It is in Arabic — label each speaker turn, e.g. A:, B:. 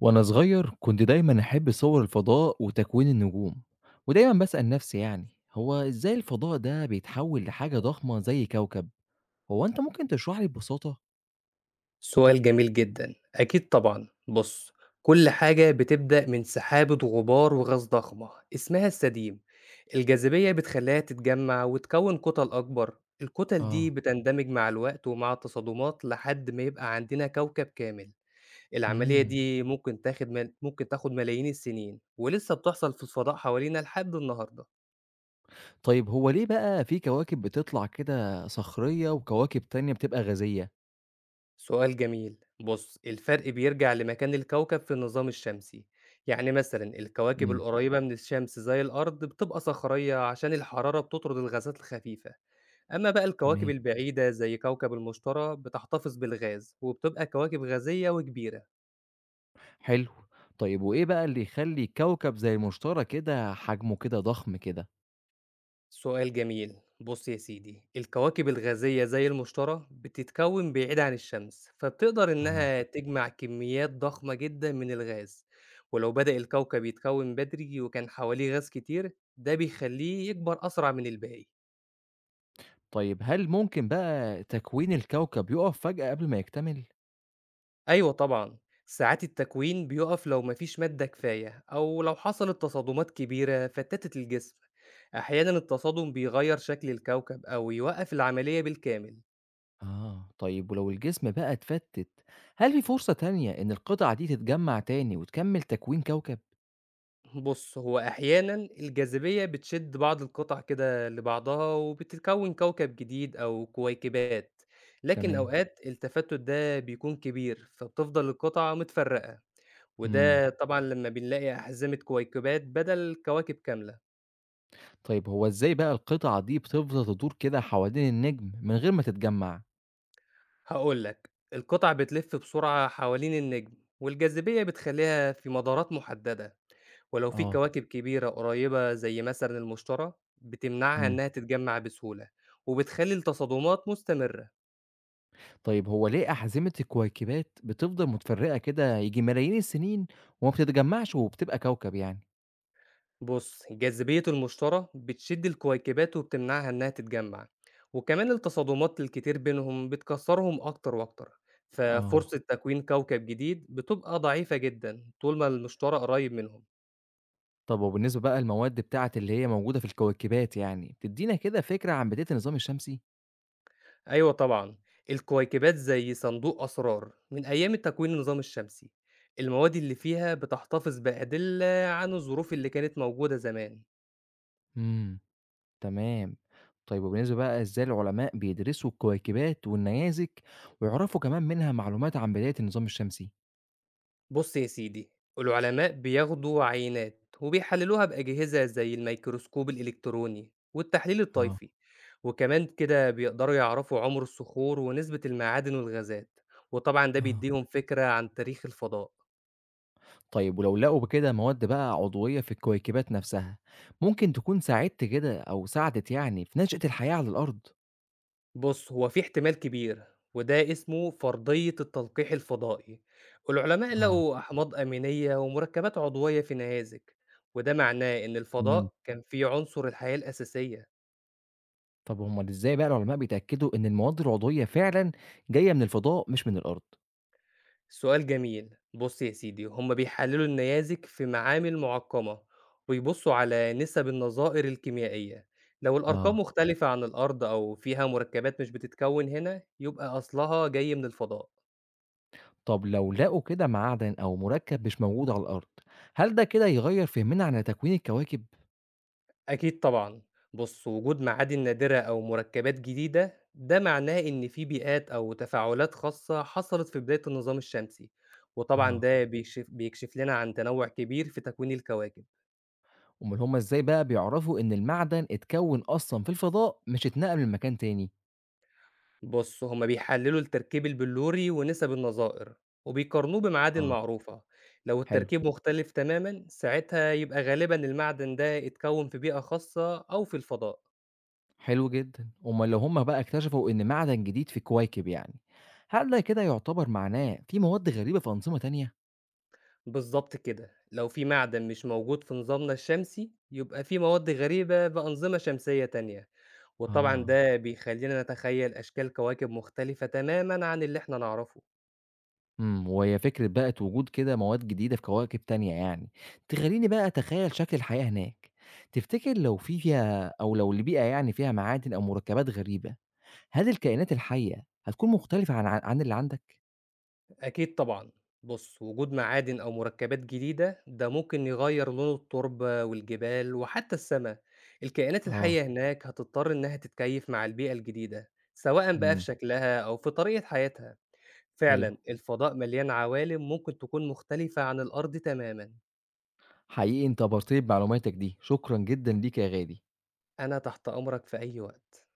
A: وأنا صغير كنت دايمًا أحب صور الفضاء وتكوين النجوم، ودايمًا باسأل نفسي يعني هو إزاي الفضاء ده بيتحول لحاجة ضخمة زي كوكب؟ هو أنت ممكن تشرح لي ببساطة؟
B: سؤال جميل جدًا، أكيد طبعًا. بُص، كل حاجة بتبدأ من سحابة غبار وغاز ضخمة اسمها السديم، الجاذبية بتخليها تتجمع وتكوّن كُتل أكبر، الكُتل دي
A: آه.
B: بتندمج مع الوقت ومع التصادمات لحد ما يبقى عندنا كوكب كامل، العملية
A: إمم،
B: دي ممكن تاخد ملايين السنين ولسه بتحصل في الفضاء حوالينا لحد النهارده.
A: طيب هو ليه بقى في كواكب بتطلع كده صخرية وكواكب تانية بتبقى غازية؟
B: سؤال جميل، بص الفرق بيرجع لمكان الكوكب في النظام الشمسي، يعني مثلا الكواكب
A: إمم.
B: القريبة من الشمس زي الأرض بتبقى صخرية عشان الحرارة بتطرد الغازات الخفيفة. أما بقى الكواكب
A: تمام.
B: البعيدة زي كوكب المشتري بتحتفظ بالغاز وبتبقى كواكب غازية وكبيرة.
A: حلو. طيب وإيه بقى اللي يخلي كوكب زي المشتري كده حجمه كده ضخم كده؟
B: سؤال جميل، بص يا سيدي الكواكب الغازية زي المشتري بتتكون بعيد عن الشمس فبتقدر
A: آه.
B: إنها تجمع كميات ضخمة جدا من الغاز. ولو بدأ الكوكب يتكون بدري وكان حواليه غاز كتير ده بيخليه يكبر أسرع من الباقي.
A: طيب هل ممكن بقى تكوين الكوكب يُقف فجأة قبل ما يكتمل؟
B: أيوة طبعا، ساعات التكوين بيقف لو مفيش مادة كفاية أو لو حصلت تصادمات كبيرة فتتت الجسم. أحيانا التصادم بيغير شكل الكوكب أو يوقف العملية بالكامل.
A: آه، طيب ولو الجسم بقى اتفتت، هل في فرصة تانية إن القطع دي تتجمّع تاني وتكمّل تكوين كوكب؟
B: بُص، هو أحيانًا الجاذبية بتشد بعض القطع كده لبعضها وبتتكوِّن كوكب جديد أو كويكبات، لكن
A: تمام.
B: أوقات التفتُت ده بيكون كبير، فبتفضل القطع متفرّقة،
A: إمم،
B: وده طبعًا لمّا بنلاقي أحزمة كويكبات بدل كواكب كاملة.
A: طيب هو إزاي بقى القطع دي بتفضل تدور كده حوالين النجم من غير ما تتجمّع؟
B: هقول لك، القطع بتلف بسرعة حوالين النجم والجاذبية بتخليها في مدارات محددة، ولو في
A: آه.
B: كواكب كبيرة قريبة زي مثلا المشتري بتمنعها
A: إمم،
B: إنها تتجمع بسهولة وبتخلي التصادمات مستمرة.
A: طيب هو ليه أحزمة الكويكبات بتفضل متفرّقة كده ييجي ملايين السنين وما بتتجمّعش وبتبقى كوكب يعني؟
B: بص جاذبية المشتري بتشد الكويكبات وبتمنعها إنها تتجمع، وكمان التصادمات الكتير بينهم بتكسرهم أكتر وأكتر. تمام، ففرصة
A: آه،
B: تكوين كوكب جديد بتبقى ضعيفة جدا طول ما المشتري قريب منهم.
A: طب وبالنسبة بقى للمواد بتاعة اللي هي موجودة في الكويكبات يعني، تدّينا كده فكرة عن بداية النظام الشمسي؟
B: أيوه طبعًا، الكويكبات زي صندوق أسرار من أيام تكوين النظام الشمسي، المواد اللي فيها بتحتفظ بأدلة عن الظروف اللي كانت موجودة زمان.
A: إمم. تمام. طيب وبالنسبة بقى إزاي العلماء بيدرسوا الكويكبات والنيازك ويعرفوا كمان منها معلومات عن بداية النظام الشمسي؟
B: بُص يا سيدي، العلماء بياخدوا عينات وبيحللوها بأجهزة زي الميكروسكوب الإلكتروني والتحليل
A: اه.
B: الطيفي، وكمان كده بيقدروا يعرفوا عمر الصخور ونسبة المعادن والغازات، وطبعًا ده
A: اه،
B: بيديهم فكرة عن تاريخ الفضاء.
A: طيب ولو لقوا بكده مواد بقى عضوية في الكويكبات نفسها ممكن تكون ساعدت كده أو ساعدت يعني في نشأة الحياة على الأرض؟
B: بُص، هو في احتمال كبير، وده اسمه فرضية التلقيح الفضائي. العلماء
A: اه.
B: لقوا أحماض أمينية ومركبات عضوية في نيازك، وده معناه إن
A: امم
B: الفضاء كان فيه عنصر الحياة الأساسية.
A: طب هما إزاي بقى العلماء بيتأكدوا إن المواد العضوية فعلا جاية من الفضاء مش من الأرض؟
B: سؤال جميل. بُص يا سيدي، هم بيحللوا النيازك في معامل معقمة، ويبصوا على نسب النظائر الكيميائية. لو الأرقام
A: اه،
B: مختلفة عن الأرض أو فيها مركبات مش بتتكون هنا، يبقى أصلها جاي من الفضاء.
A: طب لو لقوا كده معدن أو مركب مش موجود على الأرض هل ده كده يغير فهمنا عن تكوين الكواكب؟
B: أكيد طبعًا، بُص وجود معادن نادرة أو مركبات جديدة ده معناه إن في بيئات أو تفاعلات خاصة حصلت في بداية النظام الشمسي، وطبعًا
A: آه،
B: ده بيكشف لنا عن تنوع كبير في تكوين الكواكب.
A: أومال هُم إزاي بقى بيعرفوا إن المعدن اتكوّن أصلًا في الفضاء مش اتنقل من مكان تاني؟
B: بُص هُم بيحللوا التركيب البلوري ونسب النظائر، وبيقارنوه بمعادن
A: آه.
B: معروفة، لو
A: حلو،
B: التركيب مختلف تمامًا ساعتها يبقى غالبًا المعدن ده اتكون في بيئة خاصة أو في الفضاء.
A: حلو جدًا، أومال لو هُم بقى اكتشفوا إن معدن جديد في كويكب يعني، هل ده كده يعتبر معناه في مواد غريبة في أنظمة تانية؟
B: بالضبط كده، لو في معدن مش موجود في نظامنا الشمسي، يبقى في مواد غريبة بأنظمة شمسية تانية، وطبعًا
A: آه.
B: ده بيخلّينا نتخيّل أشكال كواكب مختلفة تمامًا عن اللي إحنا نعرفه.
A: إمم، وهي فكرة بقى وجود كده مواد جديدة في كواكب تانية يعني، تخلّيني بقى أتخيّل شكل الحياة هناك، تفتكر لو في فيها أو لو البيئة يعني فيها معادن أو مركبات غريبة، هل الكائنات الحية هتكون مختلفة عن اللي عندك؟
B: أكيد طبعًا، بُص وجود معادن أو مركبات جديدة، ده ممكن يغيّر لون التربة والجبال وحتى السما. الكائنات
A: آه.
B: الحية هناك هتضطر إنها تتكيّف مع البيئة الجديدة، سواءً بقى في
A: إمم،
B: شكلها أو في طريقة حياتها.
A: حلو،
B: فعلًا، الفضاء مليان عوالم ممكن تكون مختلفة عن الأرض تمامًا.
A: حقيقي أنت أبهرتني بمعلوماتك دي، شكرًا جدًا ليك يا غالي.
B: أنا تحت أمرك في أي وقت.